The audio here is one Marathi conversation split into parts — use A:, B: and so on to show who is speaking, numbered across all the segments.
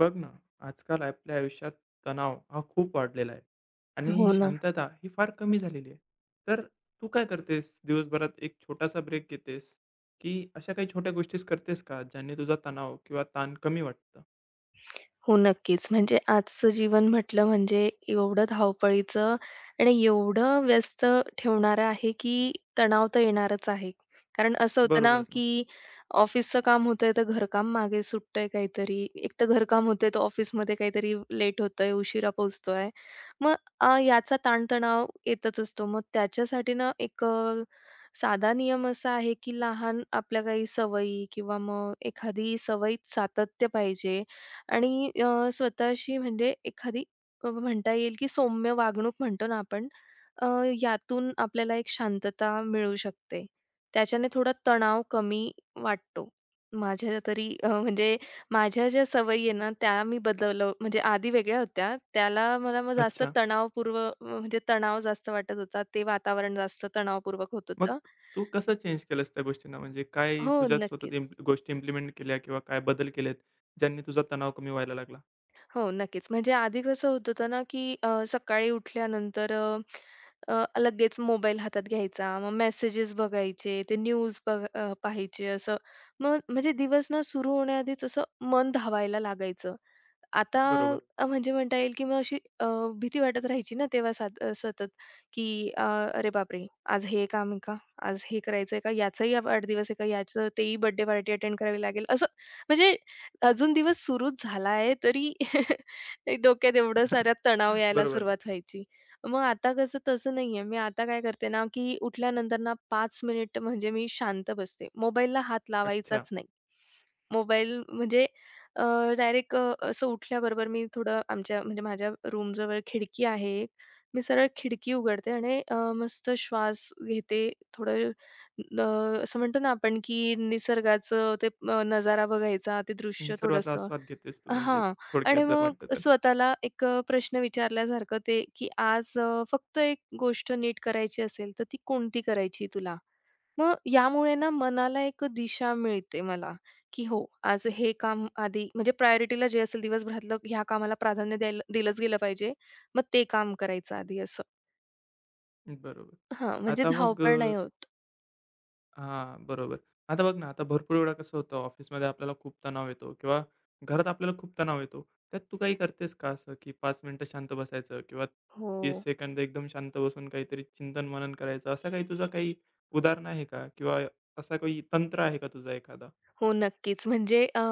A: बघ ना, आजकाल आपल्या आयुष्यात तणाव हा खूप वाढलेला आहे आणि
B: हो ना.
A: शांतता ही फार कमी झालेली आहे. तर तू काय करतेस? दिवसभरात एक छोटासा ब्रेक घेतेस, की अशा काही छोट्या गोष्टीच करतेस का, ज्याने तुझा तणाव किंवा ताण कमी वाटतं?
B: हो, नक्कीच. म्हणजे आजचं जीवन म्हटलं म्हणजे एवढं धावपळीचं आणि एवढं व्यस्त ठेवणारं आहे, की तणाव तर येणारच आहे. कारण असं होतं ना,
A: बरोबरच ना.
B: की ऑफिसचं काम होतंय, तर घरकाम मागे सुटतंय काहीतरी. एक तर घरकाम होतंय, तर ऑफिसमध्ये काहीतरी लेट होतंय, उशिरा पोहोचतोय. मग याचा ताणतणाव येतच असतो. मग त्याच्यासाठी ना एक साधा नियम असा आहे, की लहान आपल्या काही सवयी किंवा मग एखादी सवयीत सातत्य पाहिजे. आणि स्वतःशी म्हणजे एखादी म्हणता येईल की सौम्य वागणूक म्हणतो ना आपण, अ, यातून आपल्याला एक शांतता मिळू शकते. त्याच्याने थोडा तणाव कमी वाटतो. माझ्या तरी म्हणजे माझ्या ज्या सवयी आहे ना, त्या मी म्हणजे आधी वेगळ्या होत्या. त्याला मला मग जास्त
A: अच्छा.
B: म्हणजे तणाव जास्त वाटत होता. ते वातावरण जास्त तणावपूर्वक होत
A: मग
B: होतं.
A: तू कसं चेंज केलंस त्या गोष्टींना? म्हणजे काय
B: हो,
A: तुझ्यात स्वतः
B: नक्कीच.
A: गोष्टी इम्प्लिमेंट केल्या किंवा काय बदल केलेत, ज्यांनी तुझा तणाव कमी व्हायला लागला?
B: हो, नक्कीच. म्हणजे आधी कसं होत होतं ना, की सकाळी उठल्यानंतर अ, अ, लगेच मोबाईल हातात घ्यायचा. मग मेसेजेस बघायचे, ते पाहायचे असं. मग म्हणजे दिवस ना सुरू होण्याआधीच असं मन धावायला लागायचं. आता
A: बरोबर.
B: म्हणजे म्हणता येईल, की मग अशी भीती वाटत राहायची ना तेव्हा सतत, की अ, "अरे बापरे! आज हे काम आहे का? आज हे करायचं आहे का? वाढदिवस आहे का? याचं तेही बर्थडे पार्टी अटेंड करावी लागेल." असं म्हणजे अजून दिवस सुरूच झाला आहे तरी डोक्यात एवढा सारा तणाव यायला
A: बरोबर ना.
B: सुरुवात व्हायची. मग आता कसं तसं नाहीये. मी आता काय करते ना, की उठल्यानंतर ना 5 मिनिट म्हणजे मी शांत बसते. मोबाईलला हात
A: अच्छा.
B: लावायचाच नाही. मोबाईल म्हणजे अ, डायरेक्ट, असं उठल्याबरोबर मी थोडं आमच्या म्हणजे माझ्या रूमजवळ खिडकी आहे. मी सरळ खिडकी उघडते आणि मस्त श्वास घेते. थोडं अ, असं म्हणतो ना आपण की निसर्गाचं ते नजारा बघायचा, ते दृश्य
A: निसर्गाचा
B: थोडंसं.
A: आस्वाद घेतेस तू म्हणजे
B: हां.
A: थोडक्यात
B: आणि
A: जर म्हटलं
B: मग
A: तर.
B: स्वतःला एक प्रश्न विचारल्यासारखं ते की आज फक्त एक गोष्ट नीट करायची असेल, तर ती कोणती करायची तुला? मग यामुळे ना मनाला एक दिशा मिळते मला, की हो, आज हे काम आधी म्हणजे प्रायोरिटीला जे असेल दिवसभरातलं ह्या कामाला प्राधान्य द्यायला दिलंच गेलं पाहिजे. मग ते काम करायचं आधी असं.
A: बरोबर.
B: हां, म्हणजे
A: आता मग
B: धावपळ नाही होत.
A: बरोबर. आता बघ ना, आता भरपूर वेळा कसं होतं ऑफिसमध्ये आपल्याला खूप तणाव येतो किंवा घरात आपल्याला खूप तणाव येतो. त्यात तू काही करतेस का असं, की 5 मिनिटं शांत बसायचं किंवा 30
B: हो.
A: सेकंद एकदम शांत बसून काहीतरी चिंतन-मनन करायचं, असा काही तुझा काही उदाहरण आहे का? किंवा असा काही तंत्र आहे का तुझा एखादा?
B: हो, नक्कीच. म्हणजे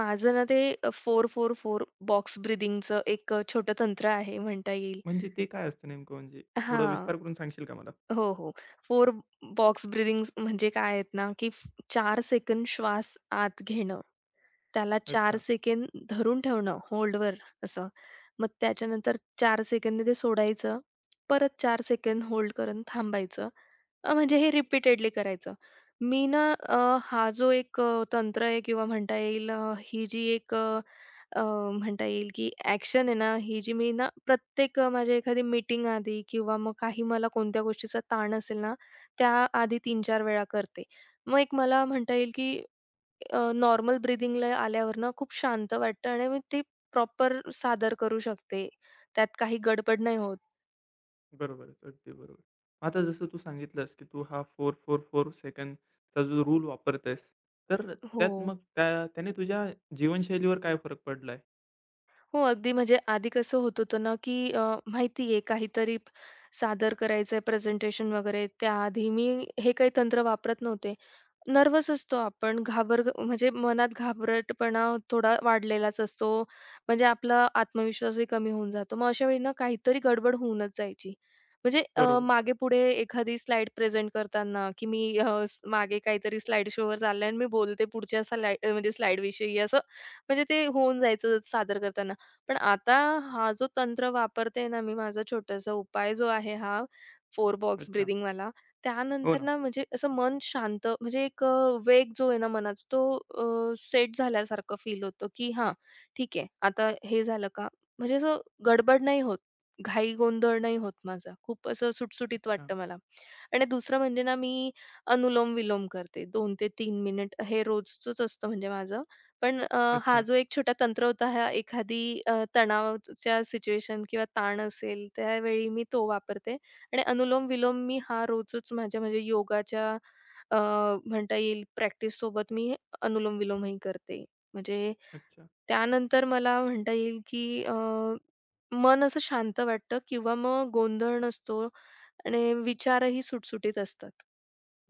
B: माझं ना ते 4-4-4 बॉक्स ब्रीथिंगचं एक छोटं तंत्र आहे म्हणता येईल.
A: म्हणजे ते काय असतं नेमकं म्हणजे? थोडं
B: हां.
A: विस्तार करून सांगशील का मला?
B: हो, हो. फोर बॉक्स ब्रीथिंग्स म्हणजे काय आहेत ना, की 4 सेकंद श्वास आत घेणं, त्याला चार
A: अच्छा.
B: सेकंद धरून ठेवणं होल्डवर असं. मग त्याच्यानंतर 4 सेकंद ते सोडायचं, परत 4 सेकंद होल्ड करून थांबायचं. म्हणजे हे रिपीटेडली करायचं. मी ना अ, हा जो एक तंत्र आहे किंवा म्हणता येईल ही जी एक अ, अ, म्हणता येईल, की ॲक्शन आहे ना, ही जी मी ना प्रत्येक माझ्या एखादी मीटिंग आधी किंवा मग काही मला कोणत्या गोष्टीचा ताण असेल ना, त्या आधी 3-4 वेळा करते. मग एक मला म्हणता येईल, की नॉर्मल ब्रीथिंगला आल्यावर ना खूप शांत वाटतं आणि मग ते प्रॉपर सादर करू शकते. त्यात काही गडबड नाही होत.
A: बरोबरच. अगदी बरोबर. आता जसं तू सांगितलंस, की तू हा 4-4-4 सेकंदचा जो रूल वापरत आहेस, तर
B: हो.
A: त्यात मग त्याने तुझ्या जीवनशैलीवर काय फरक पडलाय?
B: हो, अगदी म्हणजे आधी कसं होत होतं ना, की माहिती आहे काहीतरी सादर करायचंय प्रेझेंटेशन वगैरे, त्याआधी मी हे काही तंत्र वापरत नव्हते. नर्व्हस असतो आपण, म्हणजे मनात घाबरटपणा थोडा वाढलेलाच असतो. म्हणजे आपला आत्मविश्वासही कमी होऊन जातो. मग अशा वेळी ना काहीतरी गडबड होऊनच जायची. म्हणजे
A: बरोबर.
B: मागे-पुढे एखादी स्लाईड प्रेझेंट करताना, की मी अ, स मागे काहीतरी स्लाईड शोवर चाललंय आणि मी बोलते पुढच्या म्हणजे स्लाईडविषयी असं. म्हणजे ते होऊन जायचं सादर करताना. पण आता हा जो तंत्र वापरते ना मी माझा छोटासा उपाय जो आहे हा 4 बॉक्स
A: अच्छा.
B: ब्रीथिंगवाला.
A: हो
B: त्यानंतर
A: ना.
B: ना म्हणजे असं मन शांत म्हणजे एक वेग जो आहे ना मनाचा तो सेट झाल्यासारखं फील होतं, की हां, ठीक आहे आता हे झालं का? म्हणजे असं गडबड नाही होत. घाई गोंधळ नाही होत माझा. खूप असं सुटसुटीत
A: अच्छा,
B: वाटतं मला. आणि दुसरं म्हणजे ना मी अनुलोम-विलोम करते. 2 ते 3 मिनिट हे रोजचंच असतं म्हणजे माझं. पण हा
A: अच्छा,
B: जो एक छोटा तंत्र होता हा एखादी तणावाच्या सिच्युएशन किंवा ताण असेल त्यावेळी मी तो वापरते. आणि अनुलोम-विलोम मी हा रोजच माझ्या म्हणजे योगाच्या अ, म्हणता येईल प्रॅक्टिससोबत मी अनुलोम-विलोमही करते. म्हणजे
A: अच्छा.
B: त्यानंतर मला म्हणता येईल की मन असं शांत वाटतं किंवा मग गोंधळ नसतो आणि विचारही सुटसुटीत असतात.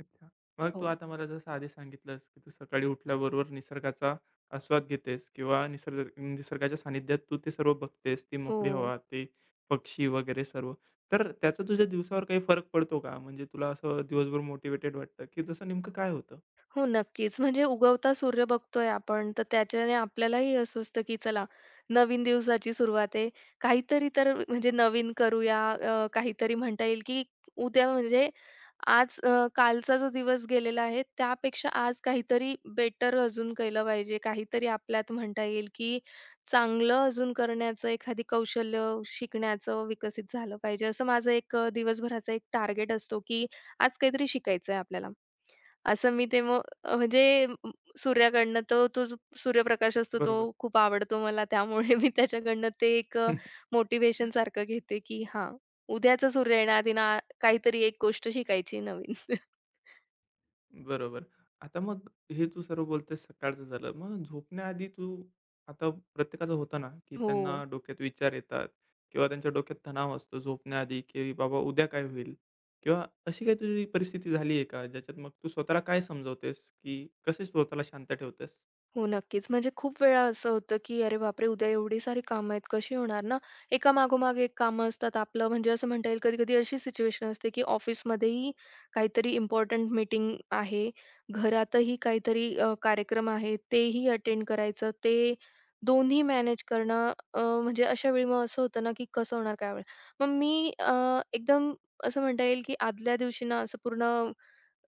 A: अच्छा. मग तू
B: हो.
A: आता मला जसं आधी सांगितलंस, की तू सकाळी उठल्याबरोबर निसर्गाचा आस्वाद घेतेस किंवा निसर्गाच्या सानिध्यात तू ते सर्व बघतेस, ती
B: हो.
A: मोकळी हवा, ते पक्षी वगैरे सर्व. तर त्याचा तुझ्या दिवसावर काही फरक पडतो का? म्हणजे तुला असं दिवसभर मोटिव्हेटेड वाटतं, की जसं नेमकं काय होतं?
B: हो, नक्कीच. म्हणजे उगवता सूर्य बघतोय आपण, तर त्याच्याने आपल्यालाही असं असतं, की चला नवीन दिवसाची सुरुवात आहे. काहीतरी तर म्हणजे नवीन करूया. काहीतरी म्हणता येईल, की उद्या म्हणजे आज कालचा जो दिवस गेलेला आहे, त्यापेक्षा आज काहीतरी बेटर अजून केलं पाहिजे. काहीतरी आपल्यात म्हणता येईल, की चांगलं अजून करण्याचं एखादी कौशल्य शिकण्याचं विकसित झालं पाहिजे. असं माझं एक दिवसभराचा एक टार्गेट असतो, की आज काहीतरी शिकायचंय आपल्याला. असं मी ते मग अ, म्हणजे अ, सूर्याकडनं तो तो जो सूर्यप्रकाश असतो तो
A: बरोबर.
B: खूप आवडतो मला. त्यामुळे मी त्याच्याकडनं ते एक मोटिव्हेशन सारखं घेते, की हां, उद्याचा सूर्य येण्याआधी ना काहीतरी एक गोष्ट शिकायची नवीन.
A: बरोबर. आता मग हे तू सर्व बोलतेस सकाळचं झालं. मग झोपण्याआधी तू आता प्रत्येकाचं होतं ना, की
B: हो.
A: त्यांना डोक्यात विचार येतात किंवा त्यांच्या डोक्यात तणाव असतो झोपण्याआधी, की बाबा उद्या काय होईल? किंवा अशी काही तुझी परिस्थिती झाली आहे का? ज्याच्यात मग तू स्वतःला काय समजवतेस, की कसे स्वतःला शांत ठेवतेस?
B: हो, नक्कीच. म्हणजे खूप वेळा असं होतं, की "अरे बापरे! उद्या एवढी सारी कामं आहेत, कशी होणार ना?" एका मागोमाग एक कामं असतात. आपलं म्हणजे असं म्हणता येईल कधी-कधी अशी सिच्युएशन असते, की ऑफिसमध्येही काहीतरी इम्पोर्टंट मीटिंग आहे, घरातही काहीतरी कार्यक्रम आहे, तेही अटेंड करायचं. ते दोन्ही मॅनेज करणं म्हणजे अशा वेळी मग असं होतं ना, की कसं होणार काय होणार? मग मी एकदम असं म्हणता येईल, की आदल्या दिवशी ना असं पूर्ण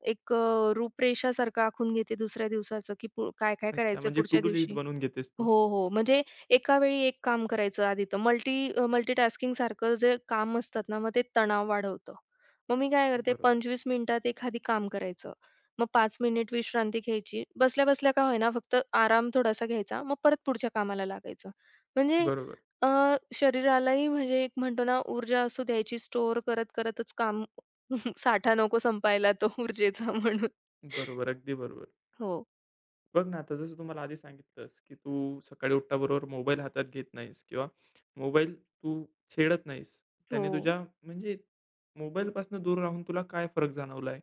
B: एक रूपरेषासारखं आखून घेते दुसऱ्या दिवसाचं, की काय-काय
A: अच्छा
B: करायचंय
A: म्हणजे टू
B: पुढच्या
A: डू लिस्ट
B: दिवशी.
A: बनवून घेतेस तू.
B: हो, हो. म्हणजे एका वेळी एक काम करायचं आधी. तर मल्टीटास्किंगसारखं जे काम असतात ना, मग ते तणाव वाढवतं. मग मी काय करते
A: बरोबर,
B: 25 मिनिटात एखादी काम करायचं. मग 5 मिनिट विश्रांती घ्यायची. बसल्या-बसल्या का होईना फक्त आराम थोडासा घ्यायचा. मग परत पुढच्या कामाला लागायचं. म्हणजे
A: बरोबर,
B: अ, शरीरालाही म्हणजे एक म्हणतो ना ऊर्जा असू द्यायची स्टोअर करत करतच काम. साठा नको संपायला तो ऊर्जेचा म्हणून.
A: बरोबर. अगदी बरोबर.
B: हो,
A: बघ ना, आता जसं तू मला आधी सांगितलंस, की तू सकाळी उठल्याबरोबर मोबाईल हातात घेत नाहीस किंवा मोबाईल तू छेडत नाहीस. त्याने
B: हो.
A: तुझ्या म्हणजे मोबाईलपासून दूर राहून तुला काय फरक जाणवला आहे?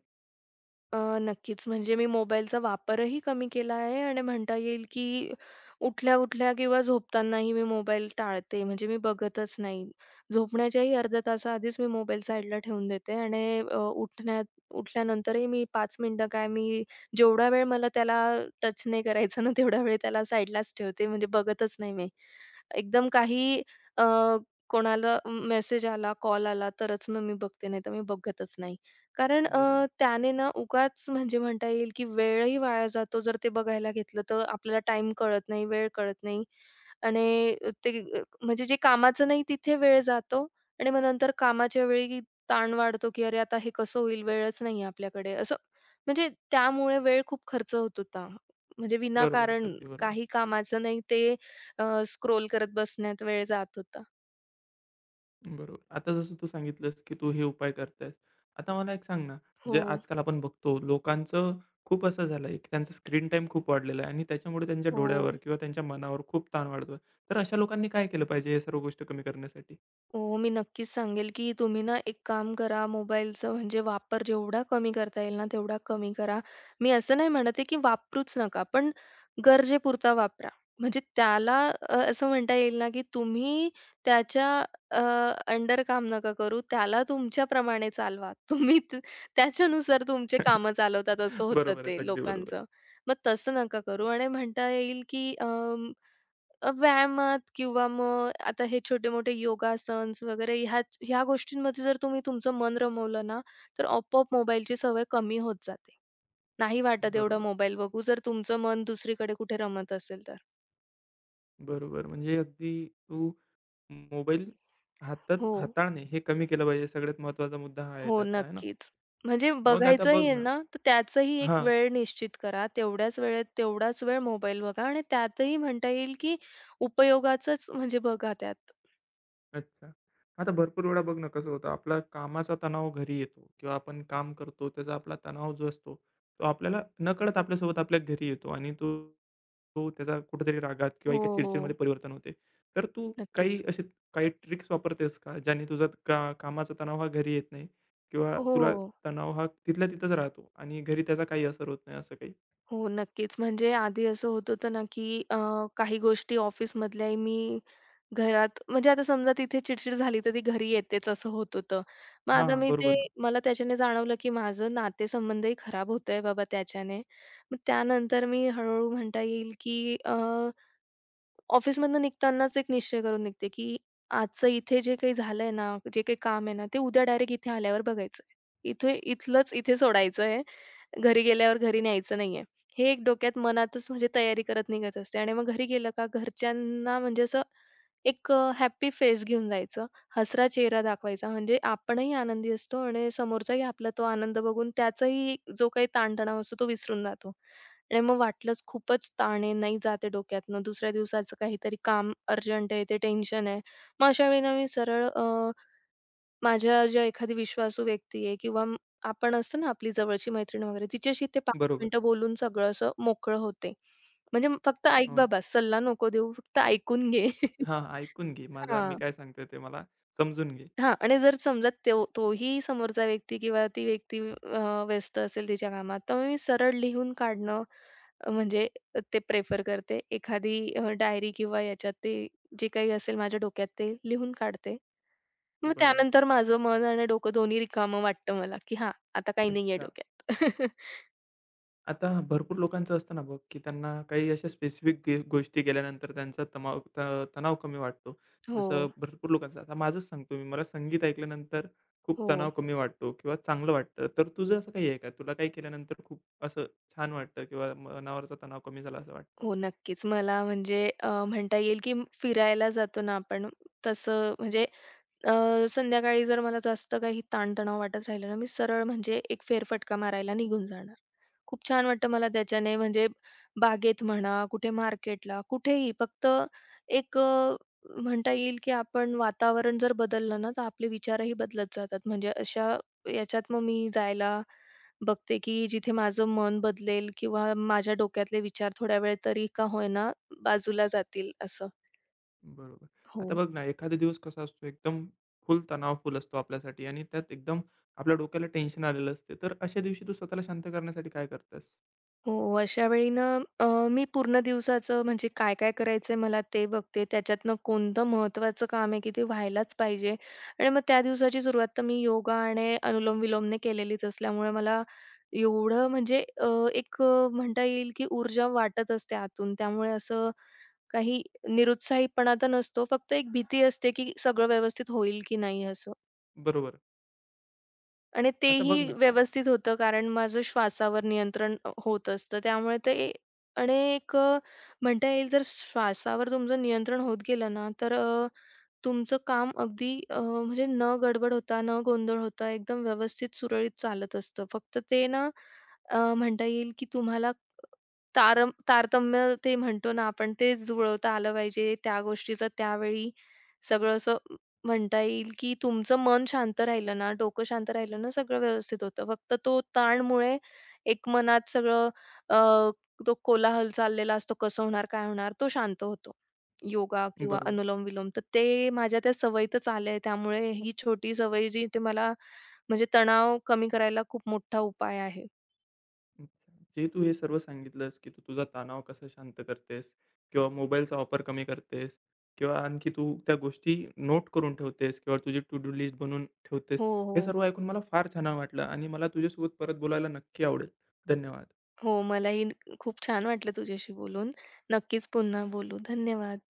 B: नक्कीच. म्हणजे मी मोबाईलचा वापरही कमी केला आहे आणि म्हणता येईल, की उठल्या-उठल्या किंवा झोपतानाही मी मोबाईल टाळते. म्हणजे मी बघतच नाही. झोपण्याच्याही अर्ध्या तासाआधीच मी मोबाईल साईडला ठेवून देते आणि अ, उठण्या उठल्यानंतरही मी 5 मिनिटं काय, मी जेवढा वेळ मला त्याला टच नाही करायचं ना, तेवढा वेळ त्याला साईडलाच ठेवते. म्हणजे बघतच नाही मी. एकदम काही अ, कोणाला मेसेज आला, कॉल आला तरच मग मी बघते, नाहीतर मी बघतच नाही. कारण
A: बरोबर.
B: त्याने ना उगाच म्हणजे म्हणता येईल, की वेळही वाया जातो. जर ते बघायला घेतलं तर आपल्याला टाईम कळत नाही, वेळ कळत नाही. आणि ते म्हणजे जे कामाचं नाही तिथे वेळ जातो आणि मग नंतर कामाच्या वेळी ताण वाढतो, की "अरे, आता हे कसं होईल? वेळच नाही आपल्याकडे." असं म्हणजे त्यामुळे वेळ खूप खर्च होत होता. म्हणजे
A: बरोबरच.
B: विनाकारण
A: अगदी बरोबर.
B: काही कामाचं नाही ते स्क्रोल करत बसण्यात वेळ जात होता.
A: बरोबर. आता जसं तू सांगितलंस, की तू हे उपाय करतेस. आता मला एक सांग ना,
B: हो.
A: जे आजकाल आपण बघतो लोकांचं खूप असं झालं आहे, की त्यांचा स्क्रीन टाईम खूप वाढलेला आहे आणि त्याच्यामुळे त्यांच्या
B: हो.
A: डोळ्यावर किंवा त्यांच्या मनावर खूप ताण वाढतो तर अशा लोकांनी काय केलं पाहिजे या सर्व गोष्टी कमी करण्यासाठी?
B: हो, मी नक्कीच सांगेल, की तुम्ही ना एक काम करा मोबाईलचं म्हणजे वापर जेवढा कमी करता येईल ना, तेवढा कमी करा. मी असं नाही म्हणत आहे, की वापरूच नका, पण गरजेपुरता वापरा. म्हणजे त्याला असं म्हणता येईल ना, की तुम्ही त्याच्या अ, अंडर काम नका करू. त्याला तुमच्याप्रमाणे चालवा. तुम्ही त त्याच्यानुसार तुमचे कामं चालवतात असं होतं ते
A: बरोबरच. अगदी बरोबर.
B: लोकांचं. मग तसं नका करू आणि म्हणता येईल, की व्यायामात किंवा मग आता हे छोटे-मोठे योगासन्स वगैरे ह्या ह्या गोष्टींमध्ये जर तुम्ही तुमचं मन रमवलं ना, तर आपोआप मोबाईलची सवय कमी होत जाते. नाही वाटत एवढा
A: बरोबर,
B: मोबाईल बघू, जर तुमचं मन दुसरीकडे कुठे रमत असेल तर.
A: बरोबर. म्हणजे अगदी तू मोबाईल हातात
B: हो,
A: हाताळणे हे कमी केलं पाहिजे. सगळ्यात महत्त्वाचा मुद्दा हा आहे
B: हो,
A: त्यातला, आहे ना?
B: नक्कीच. म्हणजे
A: मग आता बघ
B: बघायचंही आहे
A: ना
B: ना, तर त्याचंही एक
A: हां,
B: वेळ निश्चित करा. तेवढ्याच वेळेत तेवढाच वेळ मोबाईल बघा आणि त्यातही म्हणता येईल, की उपयोगाचंच म्हणजे बघा त्यात.
A: अच्छा. आता भरपूर वेळा बघ ना कसं होतं आपला कामाचा तणाव घरी येतो किंवा आपण काम करतो त्याचा आपला तणाव जो असतो तो आपल्याला नकळत आपल्यासोबत आपल्या घरी येतो आणि तो तो त्याचा कुठेतरी रागात किंवा
B: हो,
A: एका
B: हो,
A: चिडचिडमध्ये परिवर्तन होते. तर तू काही
B: नक्कीच.
A: असे काही ट्रिक्स वापरतेस का ज्याने तुझा कामाचा तणाव हा घरी येत नाही किंवा
B: हो.
A: तुला तणाव हा तिथल्या तिथंच राहतो आणि घरी त्याचा काही असर होत नाही असं काही?
B: हो, नक्कीच. म्हणजे आधी असं होत होतं ना, की काही गोष्टी ऑफिसमधल्याही मी घरात म्हणजे आता समजा तिथे चिडचिड झाली, तर ती घरी येतेच असं होत होतं. मग आता
A: हां,
B: मी
A: बरोबर
B: ते
A: ना.
B: मला त्याच्याने जाणवलं, की माझं नातेसंबंधही खराब होतोय बाबा त्याच्याने. मग त्यानंतर मी हळू-हळू म्हणता येईल, की ऑफिसमधनं निघतानाच एक निश्चय करून निघते, की आजचं इथे जे काही झालंय ना, जे काही काम आहे ना, ते उद्या डायरेक्ट इथे आल्यावर बघायचंय. इथे इथलंच इथे सोडायचंय, घरी गेल्यावर घरी न्यायचं नाहीये. हे एक डोक्यात मनातच म्हणजे तयारी करत निघत असते आणि मग घरी गेलं का घरच्यांना म्हणजे असं एक फेस घेऊन जायचं. हसरा चेहरा दाखवायचा म्हणजे आपणही आनंदी असतो आणि समोरचाही आपला तो आनंद बघून त्याचाही जो काही ताणतणाव असतो तो विसरून जातो. आणि मग वाटलंच खूपच ताण आहे, नाही जात डोक्यातनं, दुसऱ्या दिवसाचं काहीतरी काम अर्जंट आहे, ते टेन्शन आहे. मग अशा वेळेला मी सरळ माझ्या ज्या एखादी विश्वासू व्यक्ती आहे किंवा म आपण असतं ना आपली जवळची मैत्रीण वगैरे, तिच्याशी ते 5
A: बरोबर.
B: मिनिटं बोलून सगळं असं मोकळं होते. म्हणजे फक्त ऐक
A: हो ना.
B: बाबा, सल्ला नको देऊ, फक्त ऐकून घे.
A: हां, ऐकून घे माझा मी
B: हां,
A: काय सांगतोय ते मला समजून घे.
B: हां. आणि जर समजा तोही समोरचा व्यक्ती किंवा ती व्यक्ती व्यस्त असेल तिच्या कामात, तर मी सरळ लिहून काढणं म्हणजे ते प्रेफर करते. एखादी डायरी किंवा याच्यात ते जे काही असेल माझ्या डोक्यात ते लिहून काढते. मग
A: बरोबर.
B: त्यानंतर माझं मन आणि डोकं दोन्ही रिकामं वाटतं मला, की हां, आता काही नाहीये
A: अच्छा.
B: डोक्यात.
A: आता भरपूर लोकांचं असतं ना बघ, की त्यांना काही अशा स्पेसिफिक गोष्टी केल्यानंतर त्यांचा तमाव त तणाव कमी वाटतो.
B: हो,
A: जसं भरपूर लोकांचं आता माझंच सांगतो मी, मला संगीत ऐकल्यानंतर खूप
B: हो.
A: तणाव कमी वाटतो किंवा चांगलं वाटतं. तर तुझं असं काही आहे का? तुला काही केल्यानंतर खूप असं छान वाटतं किंवा मनावरचा तणाव कमी झाला असं वाटतं?
B: हो, नक्कीच. मला म्हणजे म्हणता येईल की फिरायला जातो ना आपण, तसं म्हणजे अ, संध्याकाळी जर मला जास्त काही ताणतणाव वाटत राहिला ना, मी सरळ म्हणजे एक फेरफटका मारायला निघून जाणार. खूप छान वाटतं मला त्याच्याने म्हणजे बागेत म्हणा, कुठे मार्केटला, कुठेही फक्त एक म्हणता येईल की आपण वातावरण जर बदललं ना, तर आपले विचारही बदलत जातात. म्हणजे अशा याच्यात मग मी जायला बघते, की जिथे माझं मन बदलेल किंवा माझ्या डोक्यातले विचार थोड्या वेळ तरी का होईना बाजूला जातील असं.
A: बरोबर. आता
B: हो.
A: बघ ना, एखादा दिवस कसा असतो एकदम फुल तणावफुल असतो आपल्यासाठी आणि त्यात एकदम आपल्या डोक्याला टेन्शन आलेलं असते. तर अशा दिवशी तू स्वतःला शांत करण्यासाठी काय करतेस?
B: हो, अशा वेळी ना अ, मी पूर्ण दिवसाचं म्हणजे काय, काय करायचंय मला ते बघते. त्याच्यातनं कोणतं महत्त्वाचं काम आहे, की ते व्हायलाच पाहिजे. आणि मग त्या दिवसाची सुरुवात तर मी योगा आणि अनुलोम-विलोमने केलेलीच असल्यामुळे मला एवढं म्हणजे अ, एक अ, म्हणता येईल, की ऊर्जा वाटत असते आतून. त्यामुळे असं काही निरुत्साहीपणा तर नसतो. फक्त एक भीती असते, की सगळं व्यवस्थित होईल की नाही असं.
A: बरोबर.
B: आणि
A: आता बघ
B: तेही
A: ना का
B: व्यवस्थित होतं कारण माझं श्वासावर नियंत्रण होत असतं. त्यामुळे ते. आणि एक म्हणता येईल जर श्वासावर तुमचं नियंत्रण होत गेलं ना, तर तुमचं काम अगदी म्हणजे न गडबड होता, न गोंधळ होता, एकदम व्यवस्थित सुरळीत चालत असतं. फक्त ते ना म्हणता येईल की तुम्हाला तारतम्य ते म्हणतो ना आपण ते जुळवता आलं पाहिजे. त्या गोष्टीचं त्यावेळी सगळं असं म्हणता येईल की तुमचं मन शांत राहिलं ना, डोकं शांत राहिलं ना, सगळं व्यवस्थित होतं. फक्त तो ताणमुळे एक मनात सगळं अ, तो कोलाहल चाललेला असतो, कसं होणार, काय होणार, तो शांत होतो. योगा किंवा
A: बरोबर.
B: अनुलोम-विलोम, तर ते माझ्या त्या सवयीतच आलंय. त्यामुळे ही छोटी सवय जी ते मला म्हणजे तणाव कमी करायला खूप मोठा उपाय आहे.
A: अच्छा. जे तू हे सर्व सांगितलंस, की तू तुझा तणाव कसा शांत करतेस किंवा मोबाईलचा वापर कमी करतेस किंवा आणखी तू त्या गोष्टी नोट करून ठेवतेस किंवा तुझी टू डू लिस्ट बनवून ठेवतेस.
B: हो,
A: हे
B: हो.
A: सर्व ऐकून मला फार छान वाटलं आणि मला तुझ्यासोबत परत बोलायला नक्की आवडेल. धन्यवाद.
B: हो, मलाही खूप छान वाटलं तुझ्याशी बोलून. नक्कीच पुन्हा बोलू. धन्यवाद.